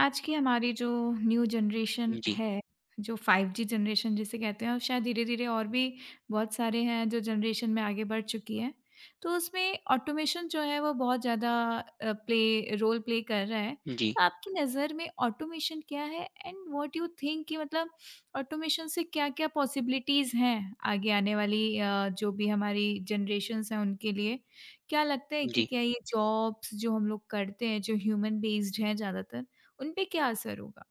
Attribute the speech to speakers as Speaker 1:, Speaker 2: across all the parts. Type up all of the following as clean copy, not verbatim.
Speaker 1: आज की हमारी जो न्यू जनरेशन
Speaker 2: जी,
Speaker 1: है, जो 5G जनरेशन जिसे कहते हैं और शायद धीरे-धीरे और भी बहुत सारे हैं जो जनरेशन में आगे बढ़ चुकी है। तो उसमें ऑटोमेशन जो है वो बहुत ज़्यादा प्ले रोल प्ले कर रहा है।
Speaker 2: जी,
Speaker 1: तो आपकी नज़र में ऑटोमेशन क्या है एंड व्हाट यू थिंक कि मतलब ऑटोमेशन से क्या-क्या पॉसिबिलिटीज़ हैं आगे आने वाली जो भी हमारी जनरेशन्स हैं उनके लिए? क्या लगता है कि
Speaker 2: जी।
Speaker 1: क्या ये जॉब्स जो हम लोग करते हैं, जो ह्यूमन बेस्ड हैं ज़्यादातर उनपे क्या असर होगा?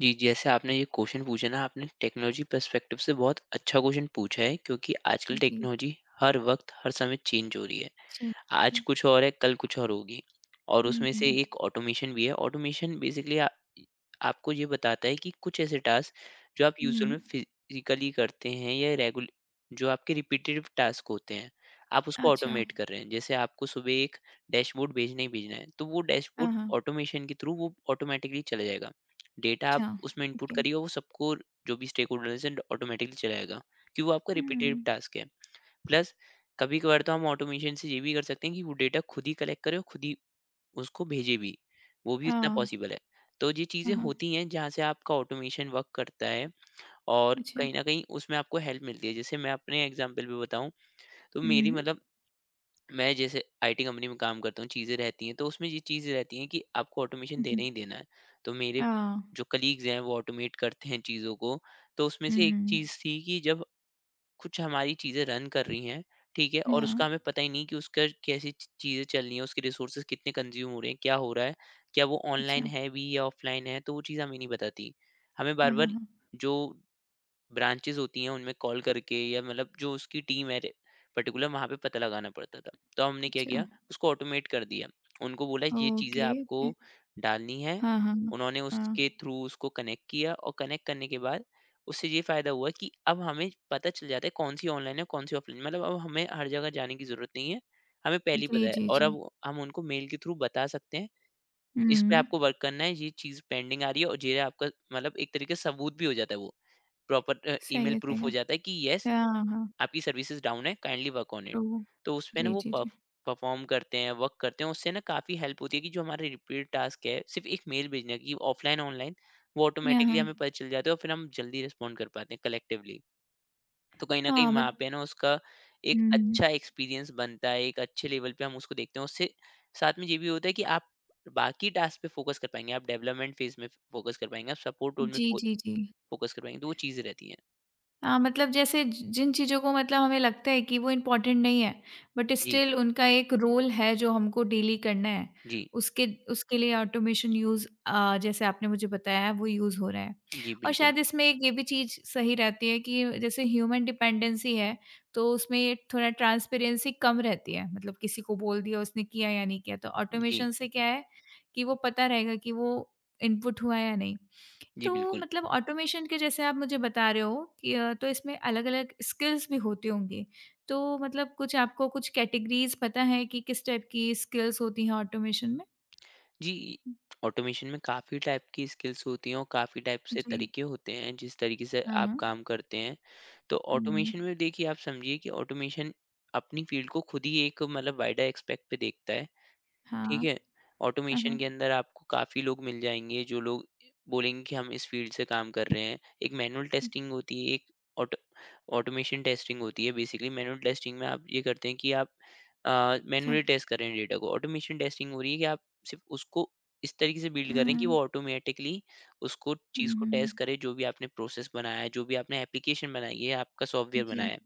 Speaker 2: जी, जैसे आपने ये क्वेश्चन पूछा ना, आपने टेक्नोलॉजी पर्सपेक्टिव से बहुत अच्छा क्वेश्चन पूछा है, क्योंकि आजकल
Speaker 1: जी।
Speaker 2: टेक्नोलॉजी हर वक़्त, हर समय चेंज हो रही है।
Speaker 1: जी।
Speaker 2: आज कुछ और है, कल कुछ और होगी। और
Speaker 1: हुँ,
Speaker 2: उसमें से
Speaker 1: हुँ,
Speaker 2: एक ऑटोमेशन भी है। ऑटोमेशन बेसिकली आ आपको ये बताता है कि कुछ ऐसे टास्क जो आप यूजुअल में
Speaker 1: हुँ।
Speaker 2: फिज़िकली करते हैं या रेगुल जो आपके रिपीटेटिव टास्क होते हैं, आप उसको
Speaker 1: अच्छा।
Speaker 2: ऑटोमेट कर रहे हैं। जैसे आपको सुबह एक डैशबोर्ड भेजना ही भेजना है, तो वो
Speaker 1: हाँ,
Speaker 2: डैशबोर्ड
Speaker 1: हाँ।
Speaker 2: ऑटोमेशन के थ्रू वो ऑटोमैटिकली चला जाएगा। डेटा आप
Speaker 1: अच्छा,
Speaker 2: उसमें इनपुट
Speaker 1: ओके।
Speaker 2: करिए, वो सबको जो भी स्टेकहोल्डर्स हैं, ऑटोमैटिकली चला जाएगा, कि वो आपका रिपीटेटिव
Speaker 1: हुँ।
Speaker 2: टास्क है। प्लस कभी-कभार तो हम ऑटोमेशन से ये भी कर सकते हैं कि वो डेटा खुद ही कलेक्ट करे और खुद ही उसको भेजे भी, वो भी इतना
Speaker 1: हाँ,
Speaker 2: पॉसिबल है। तो ये
Speaker 1: हाँ,
Speaker 2: चीज़ें
Speaker 1: हाँ।
Speaker 2: होती हैं जहाँ से आपका ऑटोमेशन वर्क करता है और
Speaker 1: अच्छा।
Speaker 2: कहीं न कहीं उसमें आपको हेल्प मिलती है। जैसे मैं अपने एग्ज़ाम्पल भी बताऊँ तो मेरी
Speaker 1: हुँ,
Speaker 2: मतलब मैं जैसे आईटी कंपनी में काम करता हूँ, चीज़ें रहती हैं तो उसमें ये चीज़ें रहती हैं कि आपको ऑटोमेशन
Speaker 1: हुँ,
Speaker 2: देना ही देना है। तो मेरे
Speaker 1: हाँ,
Speaker 2: जो कलीग्स हैं वो ऑटोमेट करते हैं चीज़ों को, तो उसमें से एक
Speaker 1: हुँ,
Speaker 2: चीज़ थी कि जब कुछ हमारी चीज़ें रन कर रही हैं, ठीक है? और
Speaker 1: हाँ,
Speaker 2: उसका हमें पता ही नहीं कि उसका कैसी च चीज़ें चल रही हैं, उसके रिसोर्सेज़ कितने कंज़्यूम हो रहे हैं, क्या हो रहा है? क्या वो ऑनलाइन
Speaker 1: अच्छा।
Speaker 2: है भी या ऑफ़लाइन है? तो वो चीज़ हमें नहीं बताती। हमें
Speaker 1: हाँ, हाँ,
Speaker 2: बार-बार
Speaker 1: हाँ।
Speaker 2: जो ब्रांचेज़ होती हैं उनमें कॉल करके या मतलब जो उसकी टीम है पर्टिकुलर वहाँ पे पता लगाना पड़ता था। तो हमने क्या
Speaker 1: अच्छा,
Speaker 2: किया उसको ऑटोमेट कर दिया। उनको बोला ये चीज़ें
Speaker 1: ओके,
Speaker 2: आपको
Speaker 1: ओके।
Speaker 2: डालनी है।
Speaker 1: हाँ, हाँ, हाँ,
Speaker 2: उन्होंने उसके
Speaker 1: हाँ।
Speaker 2: थ्रू उसको कनेक्ट किया और कनेक्ट करने के बाद उससे ये फ़ायदा हुआ कि अब हमें पता चल जाता है कौन सी ऑनलाइन है कौन सी ऑफलाइन। मतलब अब हमें हर जगह जाने की ज़रूरत नहीं है। हमें पहले ही
Speaker 1: जी,
Speaker 2: पता है
Speaker 1: जी,
Speaker 2: और
Speaker 1: जी।
Speaker 2: अब हम उनको मेल के थ्रू बता सकते हैं। इस पे
Speaker 1: हुँ,
Speaker 2: आपको वर्क करना है ये चीज़ पेंडिंग आ रही है और ये आपका मतलब एक तरीके से सबूत भी हो जाता है वो। प्रॉपर
Speaker 1: सही
Speaker 2: ईमेल
Speaker 1: है, सही
Speaker 2: प्रूफ
Speaker 1: है।
Speaker 2: हो जाता है कि येस
Speaker 1: हाँ, हाँ,
Speaker 2: आपकी सर्विसेज डाउन है काइंडली वर्क ऑन इट।
Speaker 1: तो
Speaker 2: तो उसपे ना
Speaker 1: जी,
Speaker 2: वो
Speaker 1: जी, जी।
Speaker 2: परफॉर्म करते हैं वर्क करते हैं उससे ना काफ़ी हेल्प होती है कि जो हमारे रिपीट टास्क है सिर्फ एक मेल भेजना है कि ऑफलाइन ऑनलाइन वो
Speaker 1: हाँ,
Speaker 2: ऑटोमेटिकली
Speaker 1: हाँ।
Speaker 2: हमें पता चल जाता है और फिर हम जल्दी रिस्पॉन्ड कर पाते हैं कलेक्टिवली। तो कहीं ना कहीं
Speaker 1: हाँ, मत
Speaker 2: वहाँ पे ना उसका एक
Speaker 1: हुँ, हुँ।
Speaker 2: अच्छा एक्सपीरियंस बनता है एक अच्छे लेवल पे हम उसको देखते हैं उससे। साथ में ये भी होता है कि आप बाकी टास्क पे फोकस कर पाएंगे, आप डेवलपमेंट फेज में फोकस कर पाएंगे, आप सपोर्ट रोल में
Speaker 1: जी, जी, जी।
Speaker 2: फोकस कर पाएंगे, तो वो चीज़ें रहती हैं।
Speaker 1: हाँ, मतलब जैसे ज जिन चीज़ों को मतलब हमें लगता है कि वो इम्पोर्टेंट नहीं है, बट
Speaker 2: जी।
Speaker 1: स्टिल उनका एक रोल है जो हमको डेली करना है,
Speaker 2: जी।
Speaker 1: उसके उसके लिए ऑटोमेशन यूज़ जैसे आपने मुझे बताया है वो यूज़ हो रहा है।
Speaker 2: जी,
Speaker 1: और
Speaker 2: बिल्कुल।
Speaker 1: शायद इसमें एक ये भी चीज़ सही रहती है कि जैसे ह्यूमन डिपेंडेंसी है, तो उसमें ये थोड़ा ट्रांसपेरेंसी कम रहती है, मतलब किसी को बोल दिया उसने किया या नहीं किया, तो
Speaker 2: जी,
Speaker 1: ऑटोमेशन से क्या है कि वो पता रहेगा कि वो इनपुट हुआ या नहीं।
Speaker 2: जी,
Speaker 1: तो
Speaker 2: बिल्कुल।
Speaker 1: मतलब ऑटोमेशन के जैसे आप मुझे बता रहे हो कि तो इसमें अलग-अलग स्किल्स भी होती होंगी। तो मतलब कुछ आपको कुछ कैटेगरीज़ पता है कि किस टाइप की स्किल्स होती हैं ऑटोमेशन में?
Speaker 2: जी, ऑटोमेशन में काफ़ी टाइप की स्किल्स होती हैं और काफ़ी टाइप से
Speaker 1: जी।
Speaker 2: तरीके होते हैं, जिस तरीके से आप
Speaker 1: हाँ।
Speaker 2: काम करते हैं। तो
Speaker 1: हुँ।
Speaker 2: ऑटोमेशन में देखिए आप समझिए कि ऑटोमेशन अपनी फ़ील्ड को खुद ही एक मतलब वाइडर एस्पेक्ट पे देखता है। ठीक
Speaker 1: हाँ।
Speaker 2: है?
Speaker 1: हाँ,
Speaker 2: ऑटोमेशन
Speaker 1: हाँ।
Speaker 2: के अंदर आपको काफ़ी लोग मिल जाएँगे, जो लोग बोलेंगे कि हम इस फ़ील्ड से काम कर रहे हैं। एक मैनुअल टेस्टिंग होती है, एक ऑटो ऑटोमेशन टेस्टिंग होती है। बेसिकली मैनुअल टेस्टिंग में आप ये करते हैं कि आप
Speaker 1: अच्छा।
Speaker 2: मैन्युअली टेस्ट कर रहे हैं डेटा को। ऑटोमेशन टेस्टिंग हो रही है कि आप सिर्फ़ उसको इस तरीके से बिल्ड कर रहे हैं कि
Speaker 1: हुँ।
Speaker 2: वो ऑटोमेटिकली उसको
Speaker 1: हुँ,
Speaker 2: चीज़ को
Speaker 1: हुँ।
Speaker 2: टेस्ट करे, जो भी आपने प्रोसेस बनाया है, जो भी आपने एप्लीकेशन बनाई है, आपका सॉफ्टवेयर
Speaker 1: जी,
Speaker 2: बनाया है।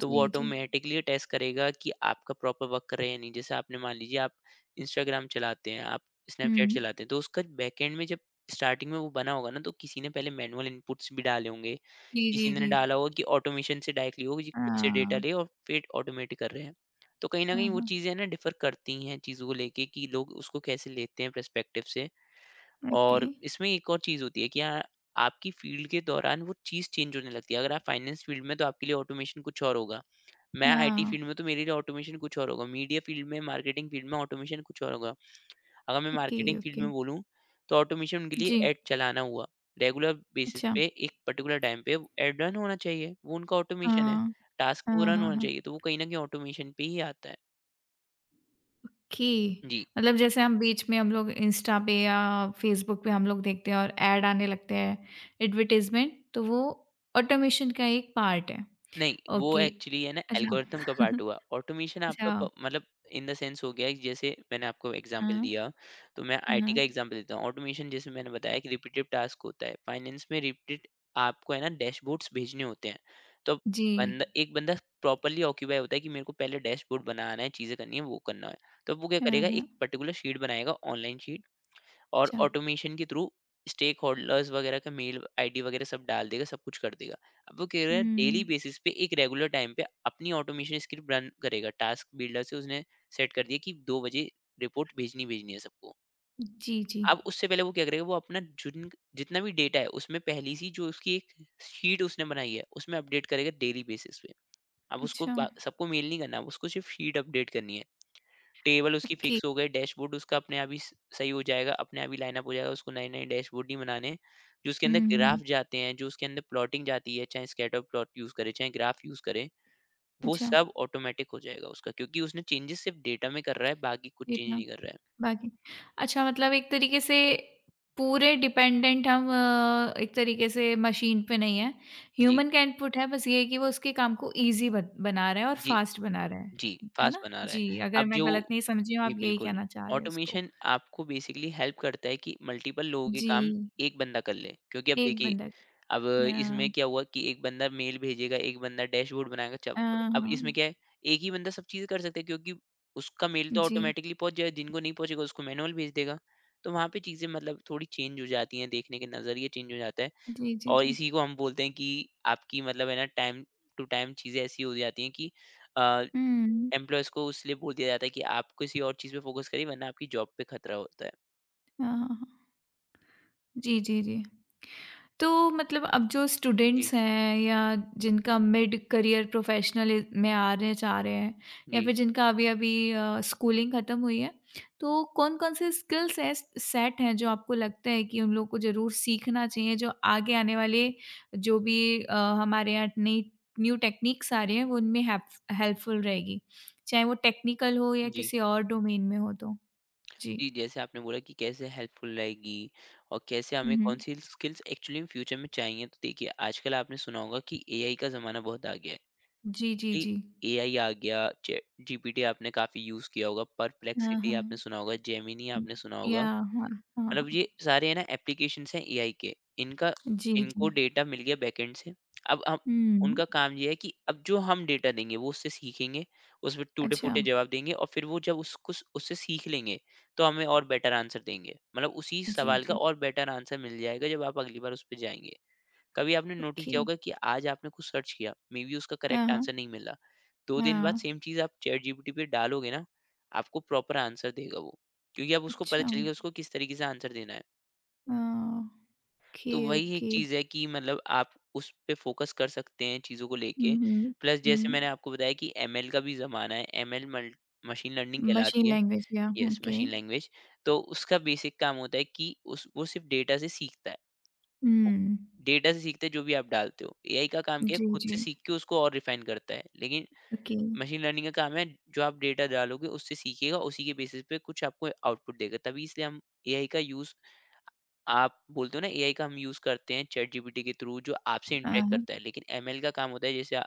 Speaker 2: तो
Speaker 1: जी,
Speaker 2: वो
Speaker 1: जी।
Speaker 2: ऑटोमेटिकली टेस्ट करेगा कि आपका प्रॉपर वर्क कर रहे हैं या नहीं। जैसे आपने मान लीजिए आप इंस्टाग्राम चलाते हैं, आप स्नैपचैट
Speaker 1: हुँ।
Speaker 2: चलाते हैं, तो उसका बैकएंड में जब स्टार्टिंग में वो बना होगा ना, तो किसी ने पहले मैनुअल इनपुट्स भी डाले होंगे,
Speaker 1: जी,
Speaker 2: किसी
Speaker 1: जी,
Speaker 2: ने
Speaker 1: जी।
Speaker 2: डाला होगा कि ऑटोमेशन से डायरेक्टली हो, जी खुद से डेटा
Speaker 1: हाँ।
Speaker 2: ले और फिर ऑटोमेट कर रहे हैं। तो कहीं न
Speaker 1: हाँ,
Speaker 2: कहीं वो
Speaker 1: हाँ।
Speaker 2: चीज़ें ना डिफ़र करती हैं चीज़ों को लेके कि लोग उसको कैसे लेते हैं पर्सपेक्टिव से।
Speaker 1: ओके।
Speaker 2: और इसमें एक और चीज़ होती है कि हाँ, आपकी फ़ील्ड के दौरान वो चीज़ चेंज होने लगती है। अगर आप फाइनेंस फ़ील्ड में तो आपके लिए ऑटोमेशन कुछ और होगा। मैं आईटी
Speaker 1: हाँ।
Speaker 2: फील्ड में तो मेरे लिए ऑटोमेशन कुछ और होगा। मीडिया फील्ड में, मार्केटिंग फील्ड में ऑटोमेशन कुछ और होगा। अगर मैं
Speaker 1: ओके,
Speaker 2: मार्केटिंग फील्ड
Speaker 1: ओके।
Speaker 2: में बोलूँ, तो ऑटोमेशन उनके लिए
Speaker 1: जी।
Speaker 2: ऐड चलाना हुआ। रेगुलर बेसिस
Speaker 1: अच्छा।
Speaker 2: पे एक पर्टिकुलर टाइम पे ऐड रन होना चाहिए, वो उनका ऑटोमेशन है।
Speaker 1: हाँ।
Speaker 2: टास्क वो
Speaker 1: हाँ,
Speaker 2: रन
Speaker 1: हाँ,
Speaker 2: होना
Speaker 1: हाँ।
Speaker 2: चाहिए, तो वो कहीं न कहीं ऑटोमेशन पे ही आता है।
Speaker 1: कि
Speaker 2: जी।
Speaker 1: मतलब जैसे हम बीच में हम लोग इंस्टा पे या फ़ेसबुक पे हम लोग देखते हैं और ऐड आने लगते हैं, एडवर्टाइज़मेंट तो वो ऑटोमेशन का एक पार्ट है।
Speaker 2: नहीं, वो
Speaker 1: ओके।
Speaker 2: एक्चुअली है ना
Speaker 1: अच्छा।
Speaker 2: एल्गोरिथम का पार्ट हुआ। ऑटोमेशन आपका
Speaker 1: अच्छा।
Speaker 2: प मतलब इन द सेंस हो गया कि जैसे मैंने आपको एग्ज़ाम्पल
Speaker 1: हाँ,
Speaker 2: दिया, तो मैं आईटी
Speaker 1: हाँ।
Speaker 2: का एग्ज़ाम्पल देता हूँ। ऑटोमेशन जैसे मैंने बताया कि रिपीटेड टास्क होता है, फाइनेंस में रिपीटेड आपको है ना डैशबोर्ड्स भेजने होते हैं। तो
Speaker 1: जी।
Speaker 2: बंदा एक बंदा प्रॉपर्ली ऑक्यूपाई होता है कि मेरे को पहले डैशबोर्ड बनाना है, चीज़ें करनी है, वो करना है। तो वो क्या
Speaker 1: हाँ,
Speaker 2: करेगा
Speaker 1: हाँ।
Speaker 2: एक पर्टिकुलर शीट बनाएगा ऑनलाइन शीट और
Speaker 1: अच्छा।
Speaker 2: ऑटोमेशन के थ्रू स्टेक होल्डर्स वगैरह का मेल आईडी वगैरह सब डाल देगा, सब कुछ कर देगा। अब वो कह रहा है डेली
Speaker 1: हुँ।
Speaker 2: बेसिस पे एक रेगुलर टाइम पे अपनी ऑटोमेशन स्क्रिप्ट रन करेगा। टास्क बिल्डर से उसने सेट कर दिया कि 2 बजे रिपोर्ट भेजनी भेजनी है सबको।
Speaker 1: जी, जी।
Speaker 2: अब उससे पहले वो क्या करेगा वो अपना जिन जितना भी डेटा है उसमें पहली सी जो उसकी एक शीट उसने बनाई है उसमें अपडेट करेगा डेली बेसिस पे। अब उसको
Speaker 1: अच्छा।
Speaker 2: बा सबको मेल नहीं करना, अब उसको सिर्फ शीट अपडेट करनी है। टेबल उसकी
Speaker 1: ओके।
Speaker 2: फिक्स हो गई, डैशबोर्ड उसका अपने आप ही स सही हो जाएगा, अपने आप ही लाइन अप हो जाएगा, उसको नए-नए डैशबोर्ड नहीं बनाने हैं। जो उसके अंदर
Speaker 1: हुँ, हुँ,
Speaker 2: ग्राफ
Speaker 1: हुँ।
Speaker 2: जाते हैं, जो उसके अंदर प्लॉटिंग जाती है, चाहे स्कैटर प्लॉट यूज़ करे, चाहे ग्राफ यूज़ करे, वो
Speaker 1: अच्छा।
Speaker 2: सब ऑटोमैटिक हो जाएगा उसका, क्योंकि उसने चेंजेस सिर्फ़ डेटा में कर रहा है, बाकी कुछ
Speaker 1: जी
Speaker 2: चेंज
Speaker 1: हाँ,
Speaker 2: नहीं कर रहा है।
Speaker 1: बाकी अच्छा मतलब एक तरीके से पूरे डिपेंडेंट हम एक तरीके से मशीन पे नहीं है।
Speaker 2: जी,
Speaker 1: ह्यूमन का इनपुट है बस ये है कि वो उसके काम को ईज़ी बत बना रहा है और
Speaker 2: जी,
Speaker 1: फास्ट बना रहा है।
Speaker 2: जी,
Speaker 1: है
Speaker 2: फ़ास्ट
Speaker 1: ना?
Speaker 2: बना रहा है।
Speaker 1: जी, अगर
Speaker 2: अब
Speaker 1: मैं
Speaker 2: जो
Speaker 1: गलत नहीं समझी हूँ
Speaker 2: जी,
Speaker 1: आप यही
Speaker 2: बिल्कुल।
Speaker 1: कहना चाह रहे हैं उसको।
Speaker 2: ऑटोमेशन आपको बेसिकली हेल्प करता है कि मल्टीपल लोगों के काम
Speaker 1: जी,
Speaker 2: एक बंदा कर ले। क्योंकि अब
Speaker 1: एक
Speaker 2: देखिए,
Speaker 1: बंदा अ,
Speaker 2: अब इसमें
Speaker 1: अ,
Speaker 2: क्या हुआ कि एक बंदा मेल भेजेगा, एक बंदा डैशबोर्ड बनाएगा, चब
Speaker 1: हाँ, हाँ,
Speaker 2: अब इसमें
Speaker 1: हाँ,
Speaker 2: क्या है, एक ही बंदा सब चीज़ कर सकता है क्योंकि उसका मेल तो
Speaker 1: जी।
Speaker 2: ऑटोमेटिकली पहुँच जाएगा, जिनको नहीं पहुँचेगा उसको मैनुअल भेज देगा। तो वहाँ पे चीज़ें मतलब थोड़ी चेंज हो जाती हैं, देखने के नज़रिए चेंज हो जाता है।
Speaker 1: जी, जी,
Speaker 2: और
Speaker 1: जी।
Speaker 2: इसी को हम बोलते हैं कि आपकी मतलब है ना टाइम टू टाइम चीज़ें ऐसी हो जाती हैं कि अ,
Speaker 1: हुँ।
Speaker 2: एम्प्लॉयर्स को इसलिए बोल दिया जाता है कि आप किसी और चीज़ पे फ़ोकस करिए वरना आपकी जॉब पे खतरा होता है।
Speaker 1: हाँ, हाँ, हाँ। जी, जी, जी। तो मतलब अब जो
Speaker 2: जी,
Speaker 1: स्टूडेंट्स हैं या जिनका मिड करियर प्रोफेशनल में आने चाह रहे हैं या
Speaker 2: जी,
Speaker 1: फिर जिनका अभी अभी स्कूलिंग ख़त्म हुई है तो कौन कौन से स्किल्स है सेट हैं जो आपको लगता है कि उन लोगों को ज़रूर सीखना चाहिए जो आगे आने वाले जो भी हमारे यहाँ नई न्यू टेक्निक्स आ रही हैं वो उनमें हेल्पफुल रहेगी चाहे वो टेक्निकल हो या
Speaker 2: जी।
Speaker 1: किसी और डोमेन में हो तो जी
Speaker 2: जी, जैसे आपने बोला कि कैसे हेल्पफुल रहेगी और कैसे हमें
Speaker 1: हम्म
Speaker 2: कौन-सी स्किल्स एक्चुअली फ्यूचर में चाहिए। तो देखिए आजकल आपने सुना होगा कि एआई का ज़माना बहुत आ गया है।
Speaker 1: जी जी
Speaker 2: जी,
Speaker 1: जी
Speaker 2: एआई आ गया, चैट जीपीटी आपने काफ़ी यूज़ किया होगा,
Speaker 1: हाँ
Speaker 2: परप्लेक्सिटी
Speaker 1: हाँ
Speaker 2: आपने सुना होगा, जेमिनी आपने सुना
Speaker 1: या
Speaker 2: होगा।
Speaker 1: हाँ हाँ
Speaker 2: मतलब
Speaker 1: हाँ
Speaker 2: ये सारे है ना एप्लीकेशंस हैं एआई के। इनका
Speaker 1: जी, जी।
Speaker 2: इनको डेटा मिल गया बैकएंड से। अब हम
Speaker 1: हुँ।
Speaker 2: उनका काम ये है कि अब जो हम डेटा देंगे वो उससे सीखेंगे, उसमें
Speaker 1: अच्छा,
Speaker 2: टूटे-फूटे जवाब देंगे और फिर वो जब उसको उससे सीख लेंगे, तो हमें और बेटर आंसर देंगे। मतलब उसी
Speaker 1: जी,
Speaker 2: सवाल का
Speaker 1: जी।
Speaker 2: और बेटर आंसर मिल जाएगा जब आप अगली बार उस पे जाएँगे। कभी आपने नोटिस
Speaker 1: ओके।
Speaker 2: किया होगा कि आज आपने कुछ सर्च किया मे बी उसका
Speaker 1: हाँ,
Speaker 2: करेक्ट
Speaker 1: हाँ।
Speaker 2: आंसर नहीं मिला। 2 दिन बाद
Speaker 1: हाँ।
Speaker 2: सेम चीज़ आप चैट जीपीटी पे डालोगे ना, आपको प्रॉपर आंसर देगा वो, क्योंकि अब उसको पता
Speaker 1: अच्छा।
Speaker 2: चल गया उसको किस तरीके से आंसर देना है।
Speaker 1: हाँ, ओके,
Speaker 2: तो वही एक
Speaker 1: ओके।
Speaker 2: चीज़ है कि मतलब आप उस पे फोकस कर सकते हैं चीज़ों को लेके।
Speaker 1: हुँ, हुँ,
Speaker 2: प्लस जैसे मैंने
Speaker 1: हुँ।
Speaker 2: आपको बताया कि एमएल का भी ज़माना है, एमएल मल मशीन लर्निंग
Speaker 1: मशीन
Speaker 2: कहलाती है।
Speaker 1: लैंग्वेज या
Speaker 2: यस,
Speaker 1: ओके।
Speaker 2: Machine language. तो उसका बेसिक काम होता है कि उस वो सिर्फ़ डेटा से सीखता है।
Speaker 1: हुँ।
Speaker 2: डेटा से सीखते है जो भी आप डालते हो। एआई का काम क्या है
Speaker 1: जी,
Speaker 2: खुद
Speaker 1: जी।
Speaker 2: से सीख के उसको और रिफाइन करता है। लेकिन
Speaker 1: ओके।
Speaker 2: मशीन लर्निंग का काम है जो आप डेटा डालोगे उससे सीखेगा, उसी के बेसिस पे कुछ आपको आउटपुट देगा। तभी इसलिए हम एआई का यूज़ आप बोलते हो ना एआई का हम यूज़ करते हैं चैटजीपीटी के थ्रू जो आपसे
Speaker 1: हाँ,
Speaker 2: इंटरैक्ट
Speaker 1: हाँ।
Speaker 2: करता है। लेकिन एमएल का काम होता है जैसे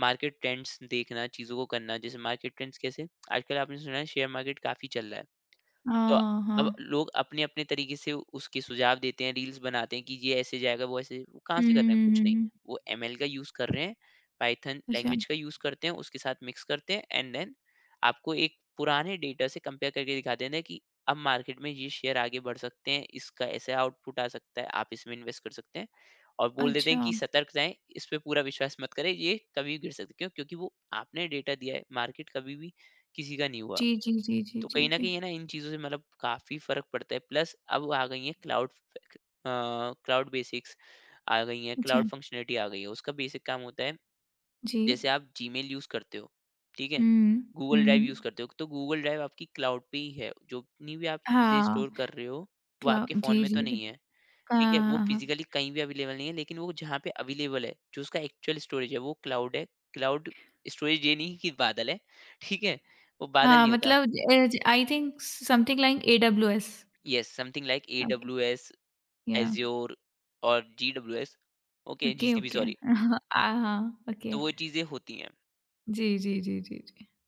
Speaker 2: मार्केट ट्रेंड्स देखना, चीज़ों को करना। जैसे मार्केट ट्रेंड्स कैसे? आजकल आपने सुना है, शेयर मार्केट काफ़ी चल रहा है। तो
Speaker 1: हाँ,
Speaker 2: अब
Speaker 1: हाँ।
Speaker 2: लोग अपने-अपने तरीके से उसके सुझाव देते हैं, रील्स बनाते हैं कि ये ऐसे जाएगा, वो कहाँ
Speaker 1: हुँ,
Speaker 2: से कर रहे हैं?
Speaker 1: हुँ,
Speaker 2: कुछ
Speaker 1: हुँ,
Speaker 2: नहीं।
Speaker 1: हुँ।
Speaker 2: वो एमएल का यूज़ कर रहे हैं, पाइथन
Speaker 1: अच्छा,
Speaker 2: लैंग्वेज का यूज़ करते हैं, उसके साथ मिक्स करते हैं, एंड देन आपको एक पुराने डेटा से कंपेयर करके दिखा देते हैं कि अब मार्केट में ये शेयर आगे बढ़ सकते हैं, इसका ऐसा आउटपुट आ सकता है, आप इसमें इन्वेस्ट कर सकते हैं। और बोल देते हैं
Speaker 1: अच्छा।
Speaker 2: कि सतर्क रहें, इस पे पूरा विश्वास मत करें, ये कभी भी गिर सकती है। क्यों? क्योंकि वो आपने डेटा दिया है, मार्केट कभी भी किसी का नहीं हुआ।
Speaker 1: जी, जी, जी, जी,
Speaker 2: तो
Speaker 1: जी,
Speaker 2: कहीं न
Speaker 1: जी।
Speaker 2: कहीं है ना, इन चीज़ों से मतलब काफ़ी फ़र्क पड़ता है। प्लस अब आ गई है अ, क्लाउड बेसिक्स आ गई हैं,
Speaker 1: अच्छा,
Speaker 2: क्लाउड फ़ंक्शनैलिटी आ गई है। उसका बेसिक काम होता है,
Speaker 1: जी।
Speaker 2: जैसे आप जीमेल यूज़ करते हो, ठीक है?
Speaker 1: हुँ,
Speaker 2: गूगल
Speaker 1: हुँ,
Speaker 2: ड्राइव
Speaker 1: हुँ।
Speaker 2: यूज़ करते हो, तो गूगल ड्राइव आपकी क्लाउड पे ही है। जो जितनी भी आप चीज़ें
Speaker 1: हाँ,
Speaker 2: स्टोर कर रहे हो, वो
Speaker 1: क्ला
Speaker 2: आपके फ़ोन
Speaker 1: जी,
Speaker 2: में तो
Speaker 1: जी, जी।
Speaker 2: नहीं है,
Speaker 1: हाँ,
Speaker 2: ठीक है? वो
Speaker 1: हाँ, हाँ।
Speaker 2: फ़िज़िकली कहीं भी अवेलेबल नहीं है, लेकिन वो जहाँ पे अवेलेबल है, जो उसका एक्चुअल स्टोरेज है, वो क्लाउड है। क्लाउड स्टोरेज, ये नहीं कि बादल है, ठीक है? वो बादल
Speaker 1: Ah,
Speaker 2: नहीं होता।
Speaker 1: I think something like AWS.
Speaker 2: Yes, something like AWS,
Speaker 1: Yeah.
Speaker 2: Azure और GWS, okay
Speaker 1: Okay.
Speaker 2: GCP,
Speaker 1: Okay.
Speaker 2: Sorry,
Speaker 1: Ah.
Speaker 2: तो
Speaker 1: Okay.
Speaker 2: वो चीज़ें होती हैं।
Speaker 1: Yes. Yes. Yes. Yes.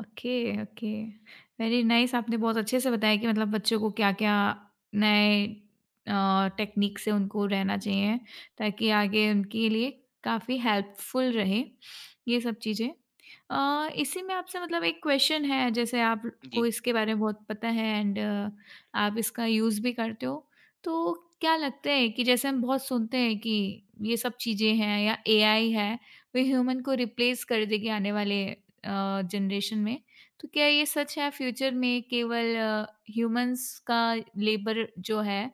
Speaker 1: Okay, okay. Very nice आपने बहुत अच्छे से बताया कि मतलब बच्चों को क्या-क्या नए टेक्नीक से उनको रहना
Speaker 2: जी,
Speaker 1: चाहिए, ताकि आगे उनके लिए काफ़ी हेल्पफुल रहे, ये सब चीज़ें। इसी में आपसे मतलब एक क्वेश्चन है, जैसे
Speaker 2: जी।
Speaker 1: आपको इसके बारे में बहुत पता है एंड आप इसका यूज़ भी करते हो, तो क्या लगता है कि जैसे हम बहुत सुनते हैं कि ये सब चीज़ें हैं या एआई है, वो ह्यूमन को रिप्लेस कर देगी आने वाले जनरेशन में, तो क्या ये सच है फ्यूचर में केवल ह्यूमंस का लेबर जो है,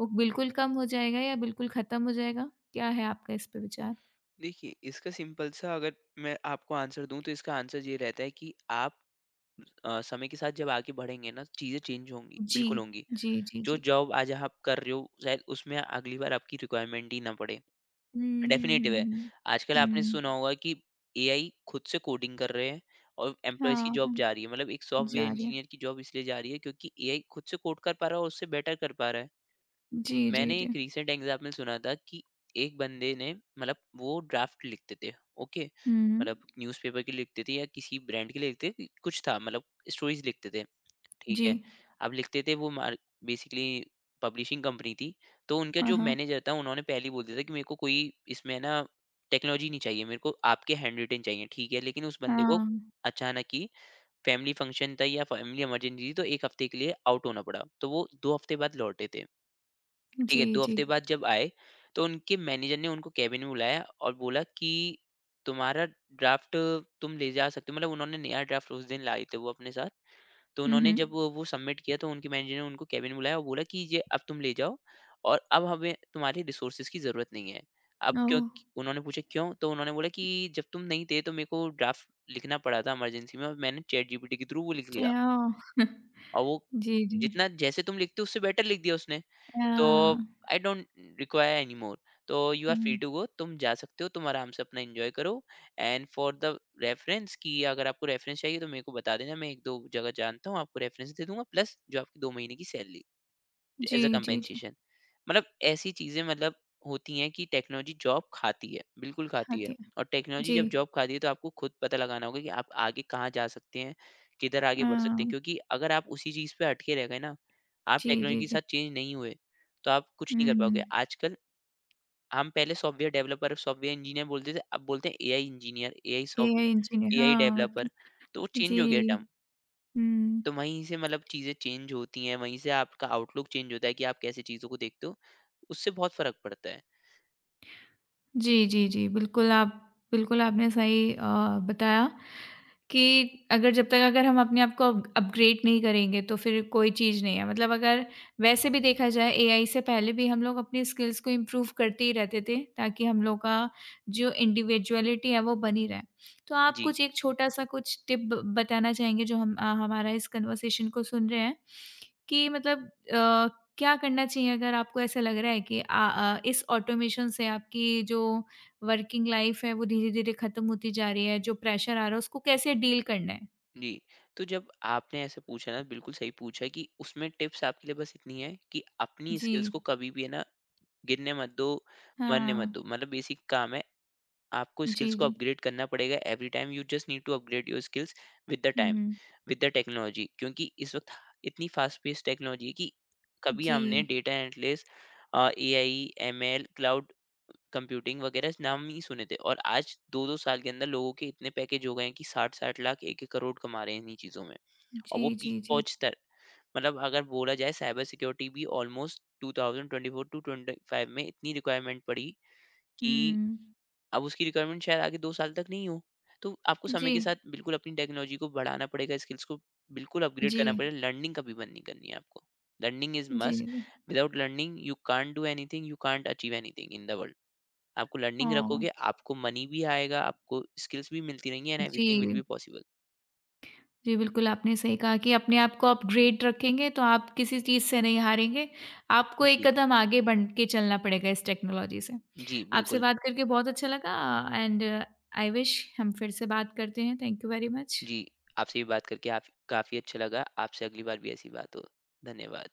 Speaker 1: वो बिल्कुल कम हो जाएगा या बिल्कुल ख़त्म हो जाएगा? क्या है आपका इस पे विचार?
Speaker 2: देखिए, इसका सिंपल सा अगर मैं आपको आंसर दूँ, तो इसका आंसर ये रहता है कि आप समय के साथ जब आगे बढ़ेंगे ना, चीज़ें चेंज होंगी,
Speaker 1: जी,
Speaker 2: बिल्कुल होंगी।
Speaker 1: जी, जी,
Speaker 2: जो
Speaker 1: जी।
Speaker 2: जॉब आज आप कर रहे हो, शायद उसमें अगली बार आपकी रिक्वायरमेंट ही ना पड़े।
Speaker 1: हुँ, हुँ,
Speaker 2: डेफिनेटिव है।
Speaker 1: हुँ,
Speaker 2: आजकल
Speaker 1: हुँ।
Speaker 2: आपने
Speaker 1: हुँ।
Speaker 2: सुना होगा कि एआई खुद से कोडिंग कर रहे हैं और एम्प्लॉइज़ की
Speaker 1: हाँ,
Speaker 2: जॉब
Speaker 1: हाँ।
Speaker 2: जा रही है। मतलब एक सॉफ्टवेयर
Speaker 1: जा रही है।
Speaker 2: इंजीनियर की जॉब इसलिए जा रही है, क्योंकि एआई खुद से कोड कर पा रहा है और उससे बेटर कर पा रहा है।
Speaker 1: जी, जी,
Speaker 2: मैंने
Speaker 1: जी।
Speaker 2: एक रीसेंट एग्ज़ाम्पल सुना था कि एक बंदे ने, मतलब वो ड्राफ़्ट लिखते थे, ओके?
Speaker 1: हुँ।
Speaker 2: मतलब न्यूज़पेपर के लिए लिखते थे, या किसी ब्रांड के लिए लिखते थे, कुछ था, मतलब स्टोरीज़ लिखते थे। ठीक
Speaker 1: जी।
Speaker 2: है। अब लिखते थे वो मार बेसिकली पब्लिशिंग कंपनी थी, तो उनका जो
Speaker 1: हाँ।
Speaker 2: मैनेजर था, उन्होंने पहले ही बोल दिया था कि मेरे को कोई इसमें ना टेक्नोलॉजी नहीं चाहिए, मेरे को आपके हैंडरिटन चाहिए, ठीक है। लेकिन उस बंदे को
Speaker 1: हाँ।
Speaker 2: अचानक ही फैमिली फंक्शन था या फैमिली इमरजेंसी थी, तो 1 हफ्ते के लिए आउट होना पड़ा। तो वो 2 हफ्ते बाद लौटे थे, ठीक है।
Speaker 1: जी,
Speaker 2: 2
Speaker 1: जी।
Speaker 2: हफ्ते बाद जब आए, तो उनके मैनेजर ने उनको केबिन में बुलाया और बोला कि तुम्हारा ड्राफ्ट तुम ले जा सकते हो, मतलब उन्होंने नया ड्राफ्ट उस दिन लाए थे वो अपने साथ। तो
Speaker 1: हुँ,
Speaker 2: उन्होंने
Speaker 1: हुँ।
Speaker 2: जब वो सबमिट किया, तो उनके मैनेजर ने उनको केबिन में बुलाया और बोला कि ये अब तुम ले जाओ और अब हमें तुम्हारी रिसोर्सेज की ज़रूरत नहीं है। अब क्यों
Speaker 1: ओह!
Speaker 2: उन्होंने पूछा, क्यों? तो उन्होंने बोला कि जब तुम नहीं थे, तो मेरे को ड्राफ़्ट लिखना पड़ा था इमरजेंसी में, और मैंने चैटजीपीटी के थ्रू वो लिख
Speaker 1: च
Speaker 2: लिया,
Speaker 1: ओह!
Speaker 2: और वो
Speaker 1: जी, जी।
Speaker 2: जितना जैसे तुम लिखते हो, उससे बेटर लिख दिया उसने। तो
Speaker 1: uh,
Speaker 2: I don't require anymore, तो you are free
Speaker 1: hmm.
Speaker 2: To go, तुम जा सकते हो, तुम आराम से अपना एंजॉय करो, एंड फॉर द रेफरेंस, कि अगर आपको रेफरेंस चाहिए, तो मेरे को बता देना, मैं एक दो जगह जानता हूँ, आपको रेफरेंस दे दूंगा, प्लस जो आपकी 2 महीने की सैलरी
Speaker 1: जी,
Speaker 2: एज़ अ
Speaker 1: जी, जी।
Speaker 2: कम्पेंसेशन। मतलब ऐसी चीज़ें, मतलब होती हैं कि टेक्नोलॉजी जॉब खाती है, बिल्कुल खाती है।
Speaker 1: खाती।
Speaker 2: और टेक्नोलॉजी
Speaker 1: जी।
Speaker 2: जब जॉब खाती है, तो आपको खुद पता लगाना होगा कि आप आगे कहाँ जा सकते हैं, किधर आगे
Speaker 1: अ,
Speaker 2: बढ़ सकते हैं। क्योंकि अगर आप उसी चीज़ पे अटके रह गए ना, आप
Speaker 1: जी,
Speaker 2: टेक्नोलॉजी
Speaker 1: जी,
Speaker 2: के
Speaker 1: जी।
Speaker 2: साथ चेंज नहीं हुए, तो आप कुछ नहीं कर पाओगे।
Speaker 1: हुँ,
Speaker 2: आजकल हम पहले सॉफ्टवेयर डेवलपर, सॉफ्टवेयर इंजीनियर बोलते थे, अब बोलते हैं AI engineer,
Speaker 1: AI engineer
Speaker 2: AI
Speaker 1: हाँ, ओके।
Speaker 2: डेवलपर। तो वो
Speaker 1: जी,
Speaker 2: चेंज हो गया टर्म।
Speaker 1: हुँ।
Speaker 2: तो वहीं से, मतलब, चीज़ें चेंज होती हैं, वहीं से आपका आउटलुक चेंज होता है कि आप कैसे चीज़ों को देखते हो, उससे बहुत फ़र्क पड़ता है।
Speaker 1: जी, जी, जी, बिल्कुल आपने सही बताया कि अगर जब तक अगर हम अपने आप को अप अपग्रेड नहीं करेंगे तो फिर कोई चीज़ नहीं है। मतलब अगर वैसे भी देखा जाए एआई से पहले भी हम लोग अपनी स्किल्स को इम्प्रूव करते ही रहते थे ताकि हम लोग का जो इंडिविजुअलिटी है वो बनी रहे। तो आप
Speaker 2: जी,
Speaker 1: कुछ एक छोटा-सा कुछ टिप ब बताना चाहेंगे जो हम हमारा इस कन्वर्सेशन को सुन रहे हैं कि मतलब अ, क्या करना चाहिए अगर आपको ऐसा लग रहा है कि इस ऑटोमेशन से आपकी जो वर्किंग लाइफ है वो धीरे-धीरे खत्म होती जा रही है, जो प्रेशर आ रहा है उसको कैसे डील करना है।
Speaker 2: जी। तो जब आपने ऐसे पूछा ना, बिल्कुल सही पूछा, कि उसमें टिप्स आपके लिए बस इतनी है कि अपनी स्किल्स
Speaker 1: जी,
Speaker 2: को कभी भी, है ना, गिरने मत दो, मरने मत
Speaker 1: हाँ।
Speaker 2: दो। मतलब बेसिक काम है, आपको स्किल्स
Speaker 1: जी,
Speaker 2: को
Speaker 1: जी।
Speaker 2: अपग्रेड करना पड़ेगा। Every time you just need to upgrade your skills with the
Speaker 1: hmm,
Speaker 2: time,
Speaker 1: hmm.
Speaker 2: With the technology, क्योंकि इस वक्त इतनी फास्ट पेस टेक्नोलॉजी है कि कभी
Speaker 1: जी।
Speaker 2: हमने data analytics, A I, M L, cloud computing वगैरह नाम ही सुने थे, और आज दो दो साल के अंदर लोगों के इतने पैकेज हो गए हैं कि साठ साठ लाख, एक एक करोड़ कमा रहे हैं इन्हीं चीज़ों में। और
Speaker 1: जी,
Speaker 2: वो पीक
Speaker 1: जी, जी।
Speaker 2: पहुंचता, मतलब अगर बोला जाए, साइबर सिक्योरिटी भी ऑलमोस्ट 2024 टू 25 में इतनी रिक्वायरमेंट पड़ी कि
Speaker 1: हुँ।
Speaker 2: अब उसकी रिक्वायरमेंट शायद आगे 2 साल तक नहीं हो। तो आपको समय
Speaker 1: जी,
Speaker 2: के साथ बिल्कुल अपनी टेक्नोलॉजी को बढ़ाना पड़ेगा, स्किल्स को बिल्कुल अपग्रेड
Speaker 1: जी,
Speaker 2: करना पड़ेगा, लर्निंग कभी बंद नहीं करनी है आपको। लर्निंग इज़
Speaker 1: जी,
Speaker 2: मस्ट,
Speaker 1: जी।
Speaker 2: Without learning you can't do anything, you can't achieve anything in the world. आपको लर्निंग
Speaker 1: ओह!
Speaker 2: रखोगे, आपको मनी भी आएगा, आपको स्किल्स भी मिलती रहेंगी, एंड
Speaker 1: जी,
Speaker 2: एवरीथिंग विल बी पॉसिबल।
Speaker 1: जी, बिल्कुल आपने सही कहा कि अपने आप को अपग्रेड रखेंगे तो आप किसी चीज़ से नहीं हारेंगे। आपको एक
Speaker 2: जी,
Speaker 1: कदम आगे बढ़ के चलना पड़ेगा इस टेक्नोलॉजी से।
Speaker 2: जी,
Speaker 1: आपसे
Speaker 2: बिल्कुल।
Speaker 1: बात करके बहुत अच्छा लगा एंड आई विश हम फिर से बात करते हैं। थैंक यू वेरी
Speaker 2: जी,
Speaker 1: मच।
Speaker 2: आपसे भी बात करके, आप, काफ़ी अच्छा लगा। आपसे अगली बार भी ऐसी बात हो। धन्यवाद।